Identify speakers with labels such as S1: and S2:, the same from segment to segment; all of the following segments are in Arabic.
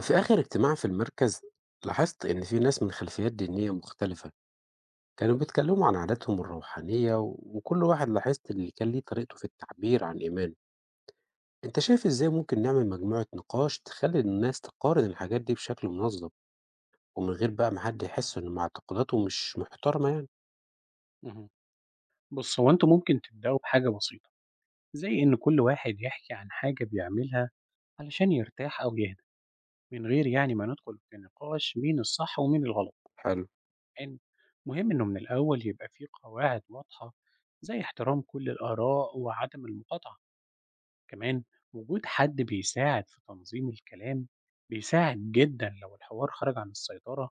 S1: في آخر اجتماع في المركز لاحظت إن في ناس من خلفيات دينية مختلفة كانوا بيتكلموا عن عاداتهم الروحانية و- وكل واحد لاحظت اللي كان ليه طريقته في التعبير عن إيمانه. أنت شايف إزاي ممكن نعمل مجموعة نقاش تخلي الناس تقارن الحاجات دي بشكل منظم ومن غير بقى ما حد يحس إن معتقداته مش محترمة يعني؟
S2: اهم. بُص، هو أنتم ممكن تبدأوا بحاجة بسيطة، زي إن كل واحد يحكي عن حاجة بيعملها علشان يرتاح أو يهدى، من غير يعني ما ندخل في نقاش مين الصح ومين الغلط،
S1: حلو.
S2: حلو، مهم إنه من الأول يبقى في قواعد واضحة، زي احترام كل الآراء وعدم المقاطعة، كمان وجود حد بيساعد في تنظيم الكلام بيساعد جدًا لو الحوار خرج عن السيطرة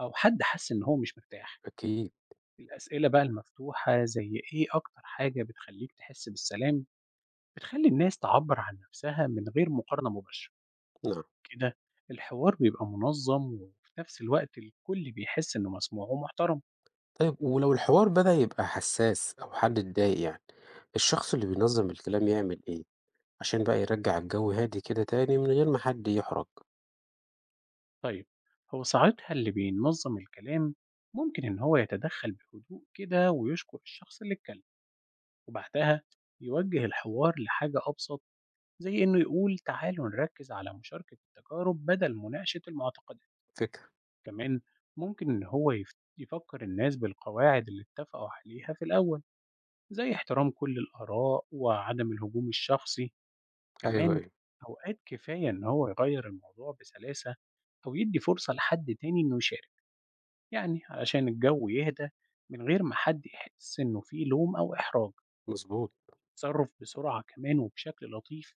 S2: أو حد حس إن هو مش مرتاح،
S1: أكيد.
S2: الأسئلة بقى المفتوحة زي إيه أكتر حاجة بتخليك تحس بالسلام بتخلّي الناس تعبّر عن نفسها من غير مقارنة مباشرة،
S1: نعم.
S2: كده الحوار بيبقى منظّم وفي نفس الوقت الكل بيحس إنه مسموع ومحترم.
S1: طيب، ولو الحوار بدأ يبقى حساس أو حد اتضايق يعني، الشخص اللي بينظم الكلام يعمل إيه عشان بقى يرجع الجو هادي كده تاني من غير ما حد يحرج؟
S2: طيب، هو ساعتها اللي بينظّم الكلام ممكن إن هو يتدخّل بهدوء كده ويشكر الشخص اللي اتكلم، وبعدها يوجّه الحوار لحاجة أبسط زي إنه يقول تعالوا نركّز على مشاركة التجارب بدل مناقشة المعتقدات،
S1: فكرة.
S2: كمان ممكن إن هو يفكّر الناس بالقواعد اللي اتفقوا عليها في الأول. زي احترام كل الآراء وعدم الهجوم الشخصي
S1: أيوه،
S2: كمان،
S1: أيوه،
S2: أوقات كفاية إن هو يغير الموضوع بسلاسة أو يدي فرصة لحد تاني إنه يشارك، يعني علشان الجو يهدى من غير ما حد يحس إنه فيه لوم أو إحراج.
S1: مضبوط.
S2: التصرف بسرعة كمان وبشكل لطيف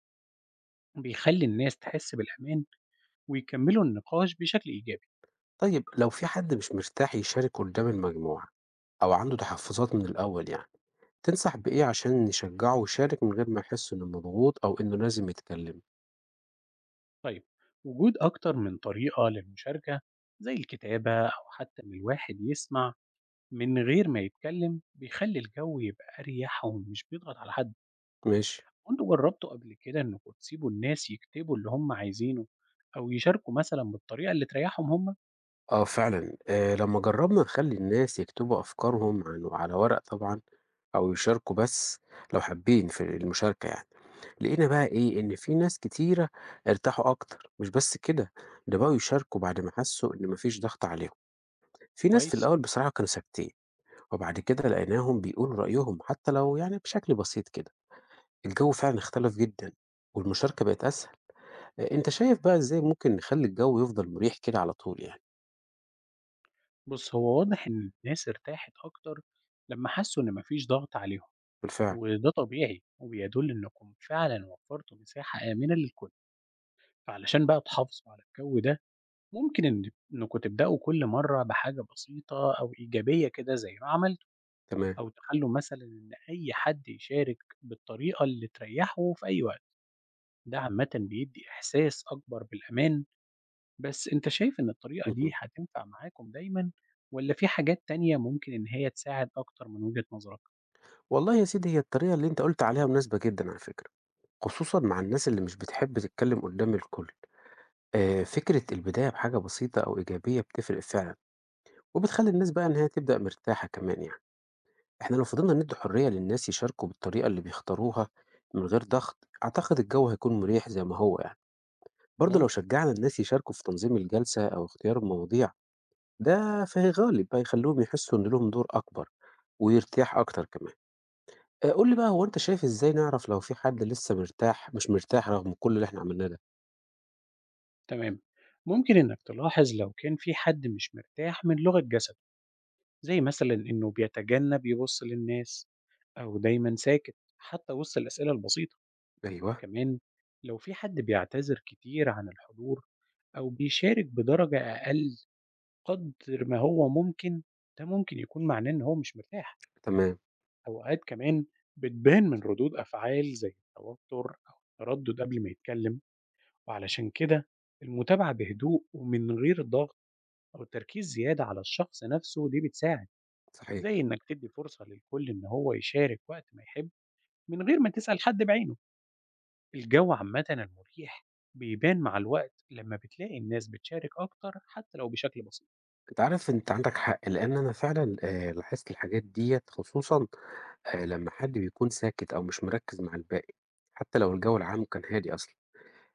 S2: بيخلي الناس تحس بالأمان ويكملوا النقاش بشكل إيجابي.
S1: طيب، لو في حد مش مرتاح يشارك قدّام المجموعة أو عنده تحفُّظات من الأول يعني، تنصح بإيه عشان نشجّعه ويشارك من غير ما يحس إنه مضغوط أو إنه لازم يتكلّم؟
S2: طيب، وجود أكتر من طريقة للمشاركة زي الكتابة أو حتى إن الواحد يسمع من غير ما يتكلم بيخلّي الجو يبقى أريح ومش بيضغط على حد،
S1: ماشي.
S2: وأنتم جرّبتوا قبل كده إنّكم تسيبوا الناس يكتبوا اللي هم عايزينه أو يشاركوا مثلًا بالطريقة اللي تريّحهم هم؟
S1: آه فعلًا، لمّا جرّبنا نخلّي الناس يكتبوا أفكارهم عن على ورق طبعًا، أو يشاركوا بس لو حابين في المشاركة يعني، لقينا بقى إيه، إن في ناس كتيرة ارتاحوا أكتر، مش بس كده، ده بقوا يشاركوا بعد ما حسّوا إن ما فيش ضغط عليهم. في ناس في
S2: كويس.
S1: الأول بصراحة كانوا ساكتين. وبعد كده لقيناهم بيقولوا رأيهم حتى لو يعني بشكل بسيط كده. الجو فعلا اختلف جدا والمشاركة بقت أسهل. آه، أنت شايف بقى إزاي ممكن نخلي الجو يفضل مريح كده على طول يعني؟
S2: بُص، هو واضح إن الناس ارتاحت أكتر لمّا حسّوا إن ما فيش ضغط عليهم،
S1: بالفعل.
S2: وده طبيعي وبيدُل إنّكم فعلًا وفّرتوا مساحة آمنة للكل، فعلشان بقى تحافظوا على الجو ده ممكن إن إنّكم تبدأوا كل مرّة بحاجة بسيطة أو إيجابية كده زي ما عملتوا.
S1: تمام.
S2: أو تخلّوا مثلًا إن أي حد يشارك بالطريقة اللي تريّحه في أي وقت، ده عامةً بيدّي إحساس أكبر بالأمان، بس أنت شايف إن الطريقة دي
S1: مهم.
S2: هتنفع معاكم دايمًا والّا في حاجات تانية ممكن إن هي تساعد أكتر من وجهة نظرك؟
S1: والله يا سيدي، هي الطريقة اللي أنت قلت عليها مناسبة جدا على فكرة، خصوصا مع الناس اللي مش بتحب تتكلم قدام الكل. آه، فكرة البداية بحاجة بسيطة أو إيجابية بتفرق فعلا، وبتخلي الناس بقى إنها تبدأ مرتاحة كمان يعني. إحنا لو فضلنا ندي حرية للناس يشاركوا بالطريقة اللي بيختاروها من غير ضغط، أعتقد الجو هيكون مريح زي ما هو يعني. برضه لو
S2: ممكن.
S1: شجعنا الناس يشاركوا في تنظيم الجلسة أو اختيار المواضيع، ده فهي غالب بقى يخليهم يحسوا إن لهم دور أكبر ويرتاح أكتر كمان. قُل لي بقى، هو أنت شايف إزاي نعرف لو في حد لسه مش مرتاح رغم كل اللي إحنا عملناه ده؟
S2: تمام. ممكن إنك تلاحظ لو كان في حد مش مرتاح من لغة جسده، زي مثلًا إنه بيتجنب يبُص للناس أو دايمًا ساكت حتى وسط الأسئلة البسيطة،
S1: أيوه،
S2: كمان لو في حد بيعتذر كتير عن الحضور أو بيشارك بدرجة أقل قدر ما هو ممكن، ده ممكن يكون معناه إن هو مش مرتاح،
S1: تمام،
S2: أوقات كمان بتبان من ردود أفعال زي التوتر أو التردد قبل ما يتكلم، وعلشان كده المتابعة بهدوء ومن غير ضغط أو تركيز زيادة على الشخص نفسه دي بتساعد،
S1: صحيح.
S2: زي إنك تدي فرصة للكل إن هو يشارك وقت ما يحب من غير ما تسأل حد بعينه، الجو عامةً المريح بيبان مع الوقت لما بتلاقي الناس بتشارك أكتر حتى لو بشكل بسيط.
S1: أنت عارف، أنت عندك حق، لإن أنا فعلًا لاحظت الحاجات ديّة، خصوصًا لمّا حد بيكون ساكت أو مش مركّز مع الباقي، حتى لو الجو العام كان هادي أصلًا.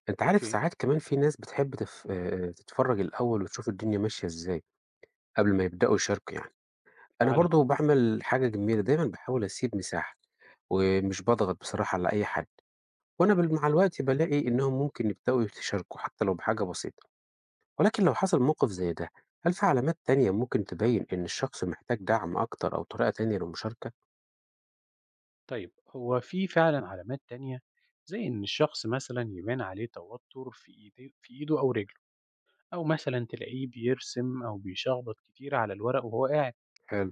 S1: أنت عارف
S2: أوكي.
S1: ساعات كمان في ناس بتحب تف تتفرّج الأول وتشوف الدنيا ماشية إزاي، قبل ما يبدأوا يشاركوا يعني. أنا
S2: فعلًا.
S1: برضه باعمل حاجة جميلة، دايمًا باحاول أسيب مساحة، ومش باضغط بصراحة على أي حد، وأنا بال مع الوقت بالاقي إنهم ممكن يبدأوا يشاركوا حتى لو بحاجة بسيطة. ولكن لو حصل موقف زي ده، هل في علامات تانية ممكن تبيّن إن الشخص محتاج دعم أكتر أو طريقة تانية للمشاركة؟
S2: طيب، هو في فعلا علامات تانية زي إن الشخص مثلا يبان عليه توتر في إيديه في إيده أو رجله أو مثلا تلاقيه بيرسم أو بيشخبط كتير على الورق وهو قاعد.
S1: حلو.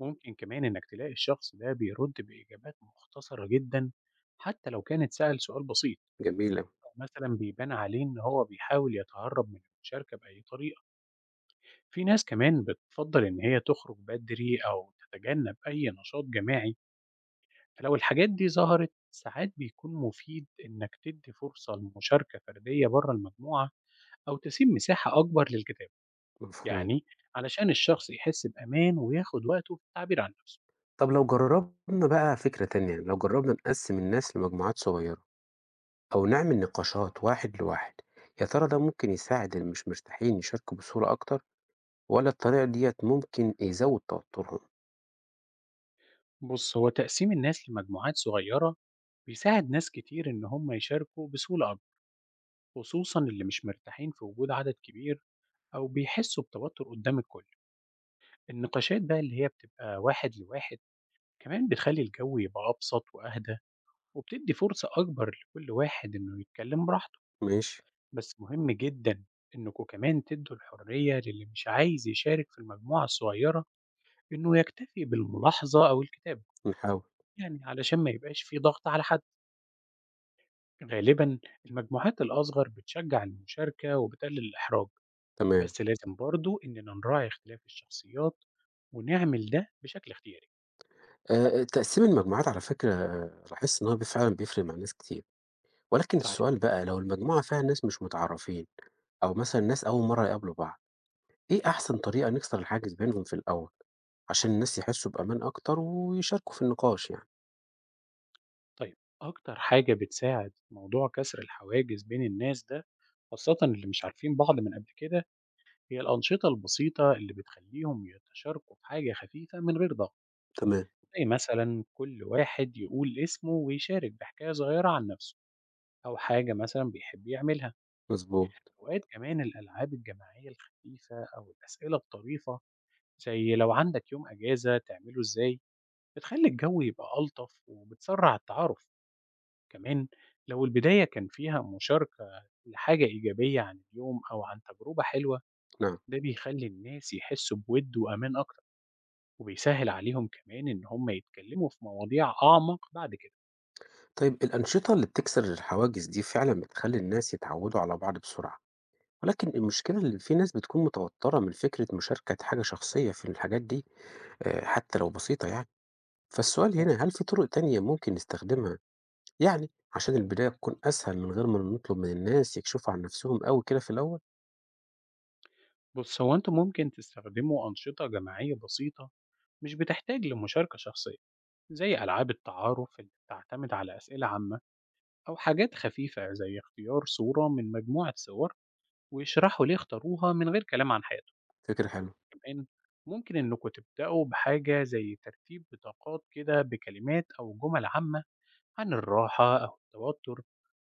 S2: ممكن كمان إنك تلاقي الشخص ده بيرد بإجابات مختصرة جدا حتى لو كان اتسأل سؤال بسيط،
S1: جميل أوي.
S2: أو مثلا بيبان عليه إن هو بيحاول يتهرب من المشاركة بأي طريقة. في ناس كمان بتفضل إن هي تخرج بدري أو تتجنب أي نشاط جماعي، فلو الحاجات دي ظهرت ساعات بيكون مفيد إنك تدي فرصة لمشاركة فردية بره المجموعة أو تسيب مساحة أكبر للكتاب،
S1: مفهوم.
S2: يعني علشان الشخص يحس بأمان وياخد وقته في التعبير عن نفسه.
S1: طب لو جرّبنا بقى فكرة تانية، يعني لو جرّبنا نقسّم الناس لمجموعات صغيّرة أو نعمل نقاشات واحد لواحد، يا ترى ده ممكن يساعد اللي مش مرتاحين يشاركوا بصورة أكتر، والّا الطريقة ديّة ممكن يزوّد توتُّرهم؟
S2: بص، هو تقسيم الناس لمجموعات صغيرة بيساعد ناس كتير إن هم يشاركوا بسهولة أكبر، خصوصا اللي مش مرتاحين في وجود عدد كبير أو بيحسوا بتوتر قدام الكل. النقاشات بقى اللي هي بتبقى واحد لواحد كمان بتخلي الجو يبقى أبسط وأهدى وبتدّي فرصة أكبر لكل واحد إنه يتكلم براحته،
S1: ماشي.
S2: بس مهم جدًا إنكم كمان تدّوا الحرية للي مش عايز يشارك في المجموعة الصغيرة إنه يكتفي بالملاحظة أو الكتابة،
S1: نحاول.
S2: يعني علشان ما يبقاش في ضغط على حد، غالبًا المجموعات الأصغر بتشجّع المشاركة وبتقلل الإحراج،
S1: تمام.
S2: بس لازم برضه إننا نراعي اختلاف الشخصيات ونعمل ده بشكل اختياري،
S1: تقسيم المجموعات على فكرة آه، لاحظت إن هو فعلًا بيفرق مع ناس كتير، ولكن
S2: ساعات.
S1: السؤال بقى، لو المجموعة فيها ناس مش متعرّفين أو مثلًا ناس أول مرّة يقابلوا بعض، إيه أحسن طريقة نكسر الحاجز بينهم في الأول، عشان الناس يحسّوا بأمان أكتر ويشاركوا في النقاش يعني؟
S2: طيب، أكتر حاجة بتساعد في موضوع كسر الحواجز بين الناس ده خاصة اللي مش عارفين بعض من قبل كده هي الأنشطة البسيطة اللي بتخليهم يتشاركوا في حاجة خفيفة من غير ضغط،
S1: تمام.
S2: زي مثلا كل واحد يقول اسمه ويشارك بحكاية صغيرة عن نفسه أو حاجة مثلا بيحب يعملها.
S1: مظبوط.
S2: أوقات كمان الألعاب الجماعية الخفيفة أو الأسئلة الطريفة زي لو عندك يوم أجازة تعمله إزاي بتخلي الجو يبقى ألطف وبتسرع التعارف. كمان لو البداية كان فيها مشاركة لحاجة إيجابية عن اليوم أو عن تجربة حلوة
S1: نعم.
S2: ده بيخلي الناس يحسوا بود وأمان أكتر وبيسهل عليهم كمان إن هم يتكلموا في مواضيع أعمق بعد كده.
S1: طيب، الأنشطة اللي بتكسر الحواجز دي فعلًا بتخلّي الناس يتعوّدوا على بعض بسرعة، ولكن المشكلة اللي في ناس بتكون متوتّرة من فكرة مشاركة حاجة شخصية في الحاجات دي، حتى لو بسيطة يعني. فالسؤال
S2: مفهوم.
S1: هنا، هل في طرق تانية ممكن نستخدمها يعني عشان البداية تكون أسهل من غير ما نطلب من الناس يكشفوا عن نفسهم أوي كده في الأول؟
S2: بص، هو أنتم ممكن تستخدموا أنشطة جماعية بسيطة مش بتحتاج لمشاركة شخصية زي ألعاب التعارف اللي بتعتمد على أسئلة عامة أو حاجات خفيفة زي اختيار صورة من مجموعة صور ويشرحوا ليه اختاروها من غير كلام عن حياتهم.
S1: فكرة حلوة.
S2: كمان ممكن إنكم تبدأوا بحاجة زي ترتيب بطاقات كده بكلمات أو جمل عامة عن الراحة أو التوتر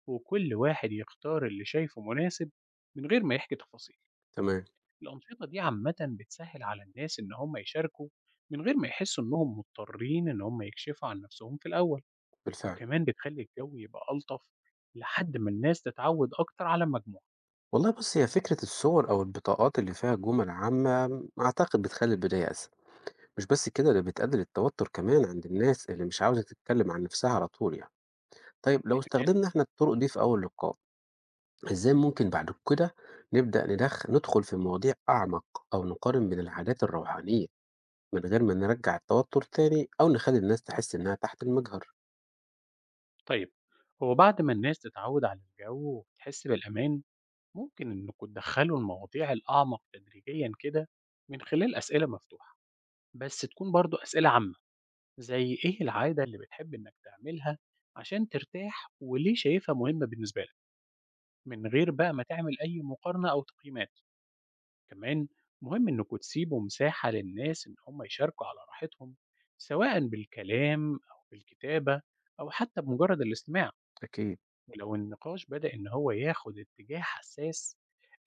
S2: وكل واحد يختار اللي شايفه مناسب من غير ما يحكي تفاصيل.
S1: تمام.
S2: الأنشطة دي عامة بتسهل على الناس إن هم يشاركوا من غير ما يحسوا إنهم مضطرين إن هم يكشفوا عن نفسهم في الأول،
S1: بالفعل.
S2: وكمان بتخلي الجو يبقى ألطف لحد ما الناس تتعود أكتر على المجموعة.
S1: والله بُصّي، هي فكرة الصور أو البطاقات اللي فيها جُمل عامة أعتقد بتخلّي البداية أسهل، مش بس كده، ده بتقلل التوتر كمان عند الناس اللي مش عاوزة تتكلم عن نفسها على طول يعني. طيب لو
S2: احتمال.
S1: استخدمنا إحنا الطرق دي في أول لقاء، إزاي ممكن بعد كده نبدأ ندخل في مواضيع أعمق أو نقارن بين العادات الروحانية من غير ما نرجّع التوتر تاني أو نخلّي الناس تحس إنها تحت المجهر؟
S2: طيب، هو بعد ما الناس تتعود على الجو وتحس بالأمان ممكن إنكم تدخلوا المواضيع الأعمق تدريجيا كده من خلال أسئلة مفتوحة، بس تكون برضو أسئلة عامة زي إيه العادة اللي بتحب إنك تعملها عشان ترتاح وليه شايفها مهمة بالنسبة لك، من غير بقى ما تعمل أي مقارنة أو تقييمات. كمان مهم إنكم تسيبوا مساحة للناس إن هم يشاركوا على راحتهم، سواء بالكلام أو بالكتابة أو حتى بمجرد الاستماع.
S1: أكيد.
S2: ولو النقاش بدأ إن هو ياخد اتجاه حساس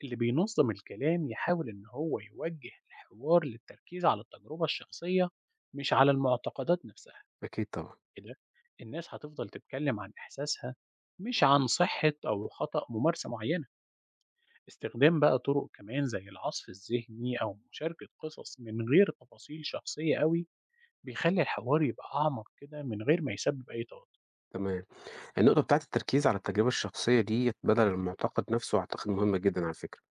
S2: اللي بينظم الكلام يحاول إن هو يوجه الحوار للتركيز على التجربة الشخصية مش على المعتقدات نفسها.
S1: أكيد طبعًا.
S2: كده الناس هتفضل تتكلم عن إحساسها مش عن صحة أو خطأ ممارسة معينة. استخدام بقى طرق كمان زي العصف الذهني أو مشاركة قصص من غير تفاصيل شخصية قوي بيخلي الحوار يبقى أعمق كده من غير ما يسبب أي توتر.
S1: تمام. النقطة بتاعة التركيز على التجربة الشخصية ديّة بدل المعتقد نفسه أعتقد مهمة جدًا على فكرة.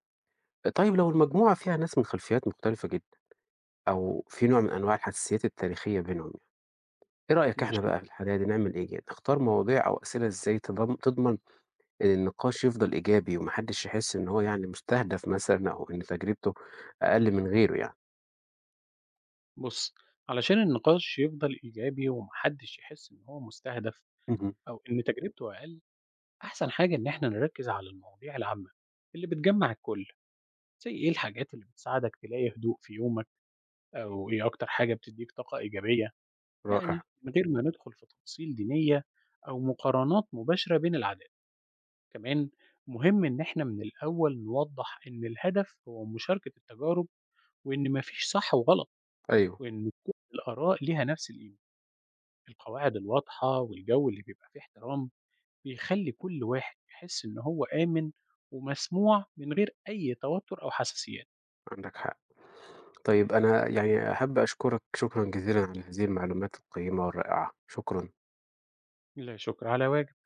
S1: طيب لو المجموعة فيها ناس من خلفيات مختلفة جدًا أو في نوع من أنواع الحساسيات التاريخية بينهم يعني، إيه رأيك إحنا
S2: ماشي.
S1: بقى في الحالة دي نعمل إيه يعني؟ نختار مواضيع أو أسئلة إزاي تضمن إن النقاش يفضل إيجابي وما حدش يحس إن هو يعني مستهدف مثلًا أو إن تجربته أقل من غيره يعني؟
S2: بُص، علشان النقاش يفضل إيجابي ومحدش يحس إن هو مستهدف
S1: اهم.
S2: أو إن تجربته أقل، أحسن حاجة إن إحنا نركز على المواضيع العامة اللي بتجمّع الكل، زي إيه الحاجات اللي بتساعدك تلاقي هدوء في يومك، أو إيه أكتر حاجة بتدّيك طاقة إيجابية،
S1: رائع.
S2: يعني من غير ما ندخل في تفاصيل دينية أو مقارنات مباشرة بين العادات، كمان مهم إن إحنا من الأول نوضّح إن الهدف هو مشاركة التجارب، وإن ما فيش صح وغلط،
S1: أيوه.
S2: وإن كل الآراء ليها نفس القيمة. القواعد الواضحة والجو اللي بيبقى فيه احترام بيخلي كل واحد يحس إن هو آمن ومسموع من غير أي توتر أو حساسيات.
S1: عندك حق. طيب، أنا يعني أحب أشكرك شكرًا جزيلًا على هذه المعلومات القيمة والرائعة، شكرًا.
S2: لا شكر على واجب.